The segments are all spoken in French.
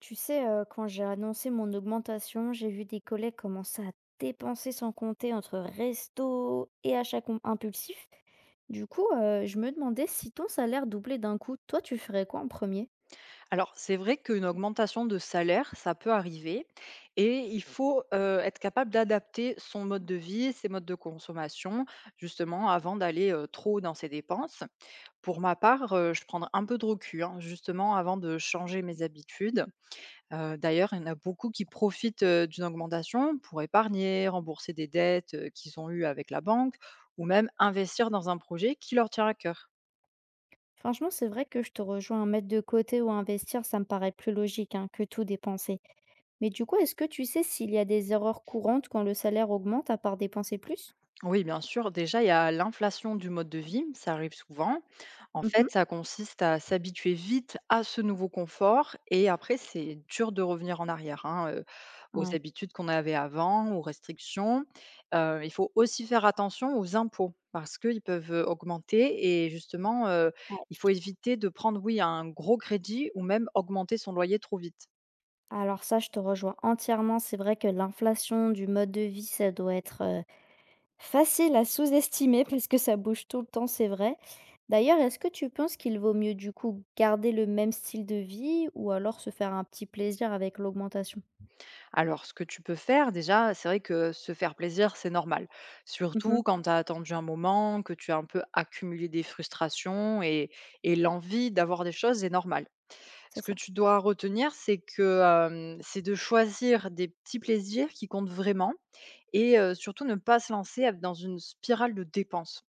Tu sais, quand j'ai annoncé mon augmentation, j'ai vu des collègues commencer à dépenser sans compter entre resto et achats com impulsifs. Du coup, je me demandais si ton salaire doublait d'un coup, toi tu ferais quoi en premier. Alors, c'est vrai qu'une augmentation de salaire, ça peut arriver et il faut être capable d'adapter son mode de vie, ses modes de consommation, justement, avant d'aller trop dans ses dépenses. Pour ma part, je prends un peu de recul, hein, justement, avant de changer mes habitudes. D'ailleurs, il y en a beaucoup qui profitent d'une augmentation pour épargner, rembourser des dettes qu'ils ont eues avec la banque ou même investir dans un projet qui leur tient à cœur. Franchement, c'est vrai que je te rejoins, à mettre de côté ou à investir, ça me paraît plus logique, hein, que tout dépenser. Mais du coup, est-ce que tu sais s'il y a des erreurs courantes quand le salaire augmente à part dépenser plus? Oui, bien sûr. Déjà, il y a l'inflation du mode de vie, ça arrive souvent. En Mmh fait, mh. ça consiste à s'habituer vite à ce nouveau confort et après, c'est dur de revenir en arrière, hein, aux Ouais, habitudes qu'on avait avant, aux restrictions. Il faut aussi faire attention aux impôts parce qu'ils peuvent augmenter et justement, ouais. il faut éviter de prendre, oui, un gros crédit ou même augmenter son loyer trop vite. Alors ça, je te rejoins entièrement. C'est vrai que l'inflation du mode de vie, ça doit être, facile à sous-estimer parce que ça bouge tout le temps, c'est vrai. D'ailleurs, est-ce que tu penses qu'il vaut mieux du coup garder le même style de vie ou alors se faire un petit plaisir avec l'augmentation? Alors, ce que tu peux faire, déjà, c'est vrai que se faire plaisir, c'est normal. Mmh. Surtout quand tu as attendu un moment, que tu as un peu accumulé des frustrations et l'envie d'avoir des choses est normale. C'est Ce que ça. tu dois retenir, c'est que c'est de choisir des petits plaisirs qui comptent vraiment et surtout ne pas se lancer dans une spirale de dépenses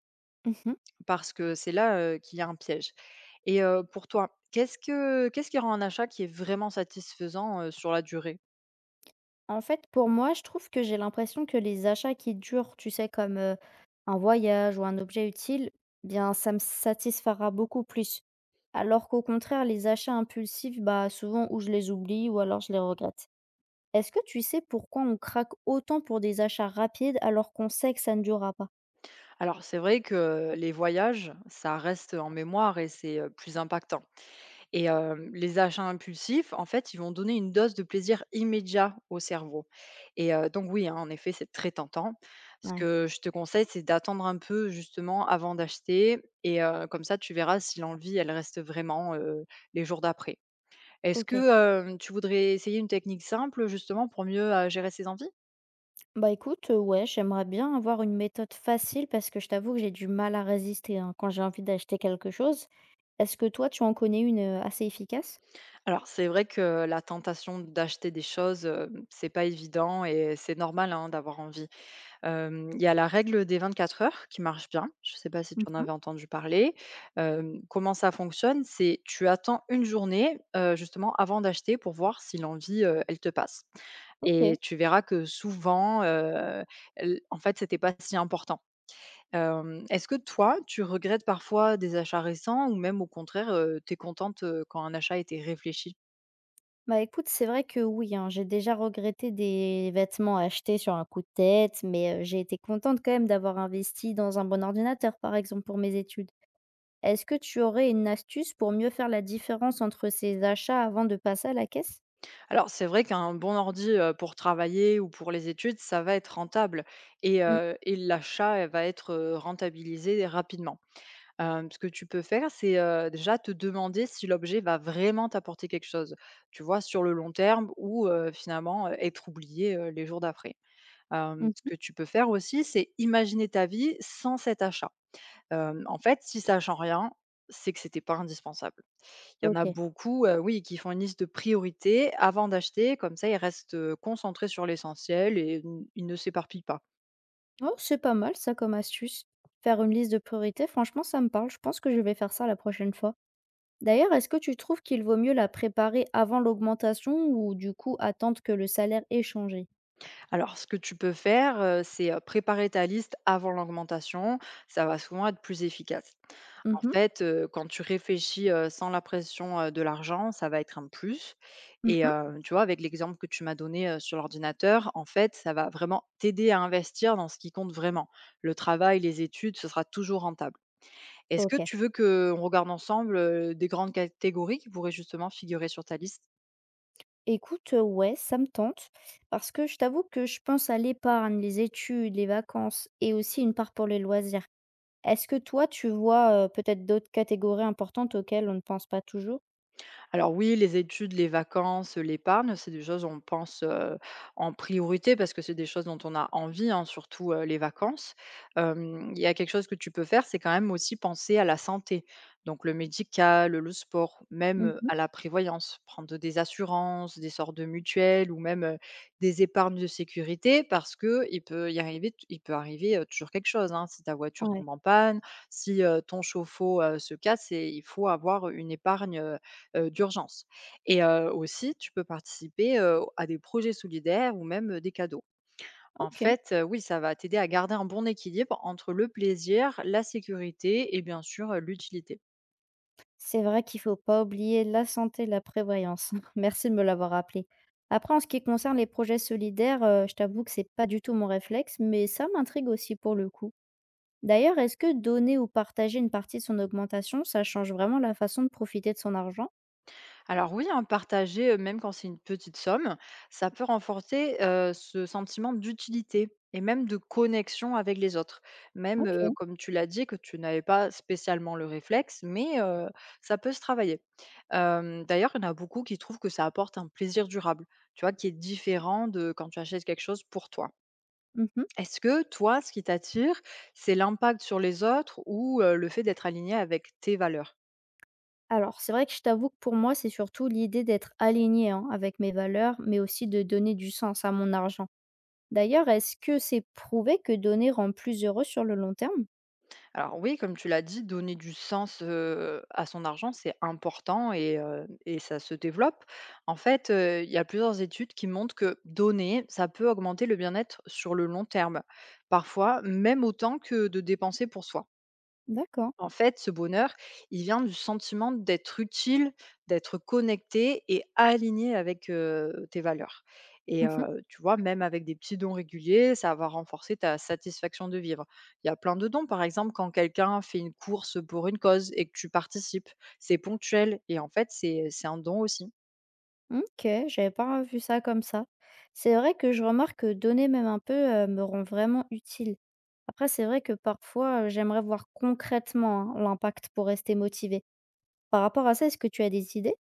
Mmh. parce que c'est là qu'il y a un piège. Pour toi, qu'est-ce qui rend un achat qui est vraiment satisfaisant sur la durée? En fait, pour moi, je trouve que j'ai l'impression que les achats qui durent, tu sais, comme, un voyage ou un objet utile, bien, ça me satisfera beaucoup plus. Alors qu'au contraire, les achats impulsifs, bah, souvent, ou je les oublie ou alors je les regrette. Est-ce que tu sais pourquoi on craque autant pour des achats rapides alors qu'on sait que ça ne durera pas? Alors c'est vrai que les voyages, ça reste en mémoire et c'est, plus impactant et les achats impulsifs, en fait, ils vont donner une dose de plaisir immédiat au cerveau et donc oui, hein, en effet, c'est très tentant. Ce Ouais, que je te conseille, c'est d'attendre un peu justement avant d'acheter et comme ça, tu verras si l'envie, elle reste vraiment, les jours d'après. Est-ce ok. que, Tu voudrais essayer une technique simple justement pour mieux, gérer ses envies? Bah écoute, ouais, j'aimerais bien avoir une méthode facile parce que je t'avoue que j'ai du mal à résister hein, quand j'ai envie d'acheter quelque chose. Est-ce que toi, tu en connais une assez efficace? Alors, c'est vrai que la tentation d'acheter des choses, c'est pas évident et c'est normal, hein, d'avoir envie. Il y a la règle des 24 heures qui marche bien. Je sais pas si tu en Mhm. avais entendu parler. Comment ça fonctionne? C'est tu attends une journée, justement avant d'acheter pour voir si l'envie, elle te passe et Ok. tu verras que souvent, l en fait, c'était pas si important. Est-ce que toi, tu regrettes parfois des achats récents ou même au contraire, tu es contente, quand un achat était réfléchi? Bah écoute, c'est vrai que oui, hein, j'ai déjà regretté des vêtements achetés sur un coup de tête, mais j'ai été contente quand même d'avoir investi dans un bon ordinateur, par exemple, pour mes études. Est-ce que tu aurais une astuce pour mieux faire la différence entre ces achats avant de passer à la caisse? Alors, c'est vrai qu'un bon ordi, pour travailler ou pour les études, ça va être rentable et Mmh. heu et l'achat, elle va être, rentabilisée rapidement. Ce que tu peux faire, c'est, déjà te demander si l'objet va vraiment t'apporter quelque chose, tu vois? Sur le long terme ou finalement, être oublié, les jours d'après. Ce Mmh. que tu peux faire aussi, c'est imaginer ta vie sans cet achat. En fait, si ça change rien, c'est que c'était pas indispensable. Il y en a OK. beaucoup, oui, qui font une liste de priorités avant d'acheter, comme ça ils restent, concentrés sur l'essentiel et n ils ne s'éparpillent pas. Oh, c'est pas mal ça comme astuce. Faire une liste de priorités, franchement, ça me parle. Je pense que je vais faire ça la prochaine fois. D'ailleurs, est-ce que tu trouves qu'il vaut mieux la préparer avant l'augmentation ou du coup attendre que le salaire ait changé? Alors ce que tu peux faire, c'est, préparer ta liste avant l'augmentation, ça va souvent être plus efficace. Mmh En mh. fait, quand tu réfléchis, sans la pression, de l'argent, ça va être un plus et Mmh. heu, tu vois, avec l'exemple que tu m'as donné, sur l'ordinateur, en fait, ça va vraiment t'aider à investir dans ce qui compte vraiment. Le travail, les études, ce sera toujours rentable. Est-ce que OK. tu veux qu'on regarde ensemble, des grandes catégories qui pourraient justement figurer sur ta liste? Écoute, ouais, ça me tente parce que je t'avoue que je pense à l'épargne, les études, les vacances et aussi une part pour les loisirs. Est-ce que toi, tu vois, peut-être d'autres catégories importantes auxquelles on ne pense pas toujours? Alors oui, les études, les vacances, l'épargne, c'est des choses on pense, en priorité parce que c'est des choses dont on a envie, hein, surtout, les vacances. Il y a quelque chose que tu peux faire, c'est quand même aussi penser à la santé. Donc le médical, le sport, même, Mmh mh. à la prévoyance, prendre des assurances, des sortes de mutuelles ou même, des épargnes de sécurité parce que il peut arriver, toujours quelque chose, hein. Si ta voiture Ouais, tombe en panne, si, ton chauffe-eau, se casse et il faut avoir une épargne, d'urgence et aussi tu peux participer, à des projets solidaires ou même, des cadeaux. En OK. fait, oui, ça va t'aider à garder un bon équilibre entre le plaisir, la sécurité et bien sûr, l'utilité. C'est vrai qu'il faut pas oublier la santé et la prévoyance. Merci de me l'avoir rappelé. Après, en ce qui concerne les projets solidaires, je t'avoue que c'est pas du tout mon réflexe, mais ça m'intrigue aussi pour le coup. D'ailleurs, est-ce que donner ou partager une partie de son augmentation, ça change vraiment la façon de profiter de son argent? Alors oui, hein, partager, même quand c'est une petite somme, ça peut renforcer, ce sentiment d'utilité et même de connexion avec les autres. Même, OK. comme tu l'as dit, que tu n'avais pas spécialement le réflexe, mais, ça peut se travailler. D'ailleurs, il y en a beaucoup qui trouvent que ça apporte un plaisir durable, tu vois, qui est différent de quand tu achètes quelque chose pour toi. Mmh. Est-ce que toi, ce qui t'attire, c'est l'impact sur les autres ou le fait d'être aligné avec tes valeurs? Alors, c'est vrai que je t'avoue que pour moi, c'est surtout l'idée d'être aligné avec mes valeurs, mais aussi de donner du sens à mon argent. D'ailleurs, est-ce que c'est prouvé que donner rend plus heureux sur le long terme? Alors oui, comme tu l'as dit, donner du sens, à son argent, c'est important et ça se développe. En fait, il y a plusieurs études qui montrent que donner, ça peut augmenter le bien-être sur le long terme, parfois même autant que de dépenser pour soi. D'accord. En fait, ce bonheur, il vient du sentiment d'être utile, d'être connecté et aligné avec, tes valeurs et Mmh. heu, tu vois, même avec des petits dons réguliers, ça va renforcer ta satisfaction de vivre. Il y a plein de dons, par exemple, quand quelqu'un fait une course pour une cause et que tu participes, c'est ponctuel et en fait, c'est un don aussi. OK, j'avais pas vu ça comme ça. C'est vrai que je remarque que donner même un peu, me rend vraiment utile. Après c'est vrai que parfois, j'aimerais voir concrètement, hein, l'impact pour rester motivée. Par rapport à ça, est-ce que tu as des idées?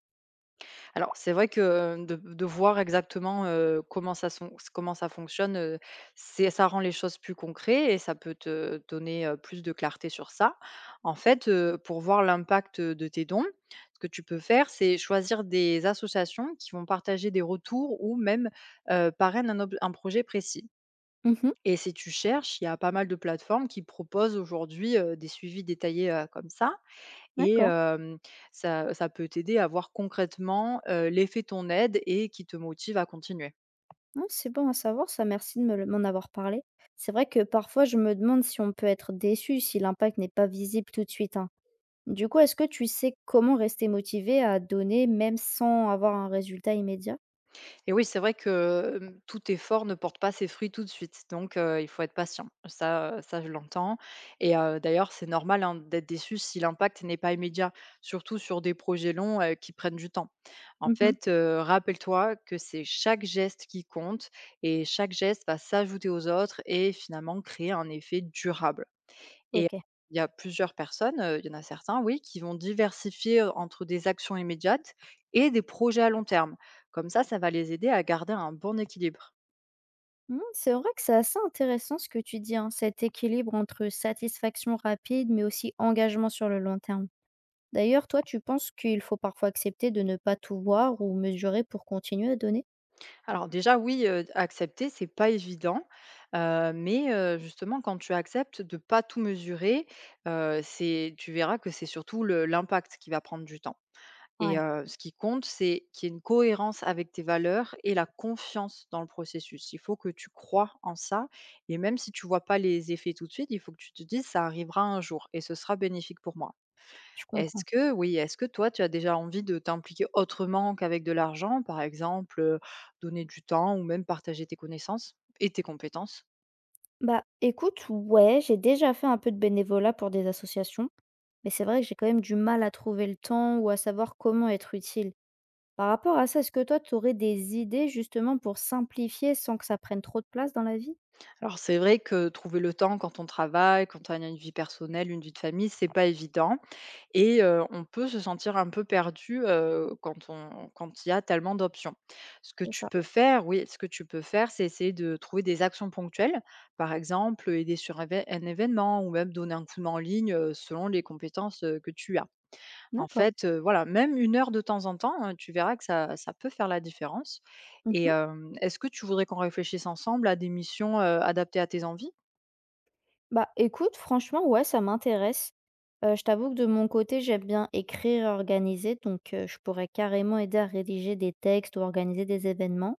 Alors, c'est vrai que de voir exactement, comment ça fonctionne, c'est ça rend les choses plus concrètes et ça peut te donner, plus de clarté sur ça. En fait, pour voir l'impact, de tes dons, ce que tu peux faire, c'est choisir des associations qui vont partager des retours ou même, parrainent un projet précis Mmh. et si tu cherches, il y a pas mal de plateformes qui proposent aujourd'hui, des suivis détaillés, comme ça et D'accord. hem, ça peut t'aider à voir concrètement, l'effet de ton aide et qui te motive à continuer. Ah, c'est bon à savoir ça, merci de me le m'en avoir parlé. C'est vrai que parfois je me demande si on peut être déçu si l'impact n'est pas visible tout de suite, hein. Du coup, est-ce que tu sais comment rester motivé à donner même sans avoir un résultat immédiat? Et oui, c'est vrai que, tout effort ne porte pas ses fruits tout de suite, donc il faut être patient. Ça, ça je l'entends et d'ailleurs, c'est normal, hein, d'être déçu si l'impact n'est pas immédiat, surtout sur des projets longs, qui prennent du temps. En Mhm, fait, rappelle-toi que c'est chaque geste qui compte et chaque geste va s'ajouter aux autres et finalement créer un effet durable. Et OK. il y a plusieurs personnes, il y en a certains, oui, qui vont diversifier, entre des actions immédiates et des projets à long terme. Comme ça va les aider à garder un bon équilibre. Mmh, c'est vrai que c'est assez intéressant ce que tu dis, hein, cet équilibre entre satisfaction rapide, mais aussi engagement sur le long terme. D'ailleurs, toi, tu penses qu'il faut parfois accepter de ne pas tout voir ou mesurer pour continuer à donner? Alors déjà, oui, accepter, c'est pas évident, mais justement, quand tu acceptes de pas tout mesurer, c'est tu verras que c'est surtout le l'impact qui va prendre du temps. Et Ouais, ce qui compte, c'est qu'il y ait une cohérence avec tes valeurs et la confiance dans le processus. Il faut que tu crois en ça et même si tu vois pas les effets tout de suite, il faut que tu te dises: «Ça arrivera un jour et ce sera bénéfique pour moi». je Est-ce comprends. que oui, est-ce que toi, tu as déjà envie de t'impliquer autrement qu'avec de l'argent? Par exemple, donner du temps ou même partager tes connaissances et tes compétences? Bah, écoute, ouais, j'ai déjà fait un peu de bénévolat pour des associations, mais c'est vrai que j'ai quand même du mal à trouver le temps ou à savoir comment être utile. Par rapport à ça, est-ce que toi, tu aurais des idées justement pour simplifier sans que ça prenne trop de place dans la vie? Alors c'est vrai que trouver le temps quand on travaille, quand on a une vie personnelle, une vie de famille, c'est pas évident. Et on peut se sentir un peu perdu, quand il y a tellement d'options. C'est ça. Ce que tu peux faire, c'est essayer de trouver des actions ponctuelles. Par exemple, aider sur évé un événement ou même donner un coup de main en ligne, selon les compétences, que tu as. En D'accord. fait, voilà, même une heure de temps en temps, tu verras que ça peut faire la différence Mmh. et est-ce que tu voudrais qu'on réfléchisse ensemble à des missions, adaptées à tes envies? Bah, écoute, franchement, ouais, ça m'intéresse. Je t'avoue que de mon côté, j'aime bien écrire et organiser, donc je pourrais carrément aider à rédiger des textes ou organiser des événements.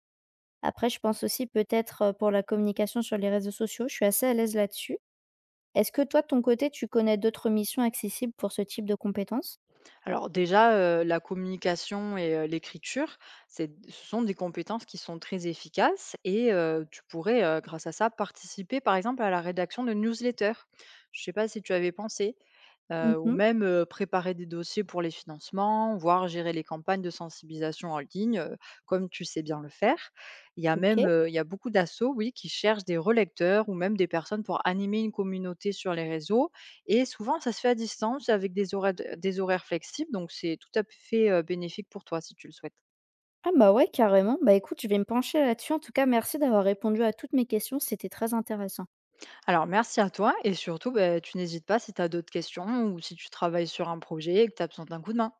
Après, je pense aussi peut-être, pour la communication sur les réseaux sociaux, je suis assez à l'aise là-dessus. Est-ce que toi, de ton côté, tu connais d'autres missions accessibles pour ce type de compétences? Alors déjà, la communication et l'écriture, c'est ce sont des compétences qui sont très efficaces et tu pourrais, grâce à ça, participer par exemple à la rédaction de newsletters. Je ne sais pas si tu avais pensé? heu, ou Mmh. même, heu, préparer des dossiers pour les financements, voire gérer les campagnes de sensibilisation en ligne, comme tu sais bien le faire. Il y a même, OK. Il y a beaucoup d'assauts, oui, qui cherchent des relecteurs ou même des personnes pour animer une communauté sur les réseaux et souvent ça se fait à distance avec des horaires flexibles, donc c'est tout à fait, bénéfique pour toi si tu le souhaites. Ah bah, ouais, carrément. Bah, écoute, je vais me pencher là-dessus. En tout cas, merci d'avoir répondu à toutes mes questions, c'était très intéressant. Alors merci à toi et surtout, beh, tu n'hésites pas si tu as d'autres questions ou si tu travailles sur un projet et que tu as besoin d'un coup de main.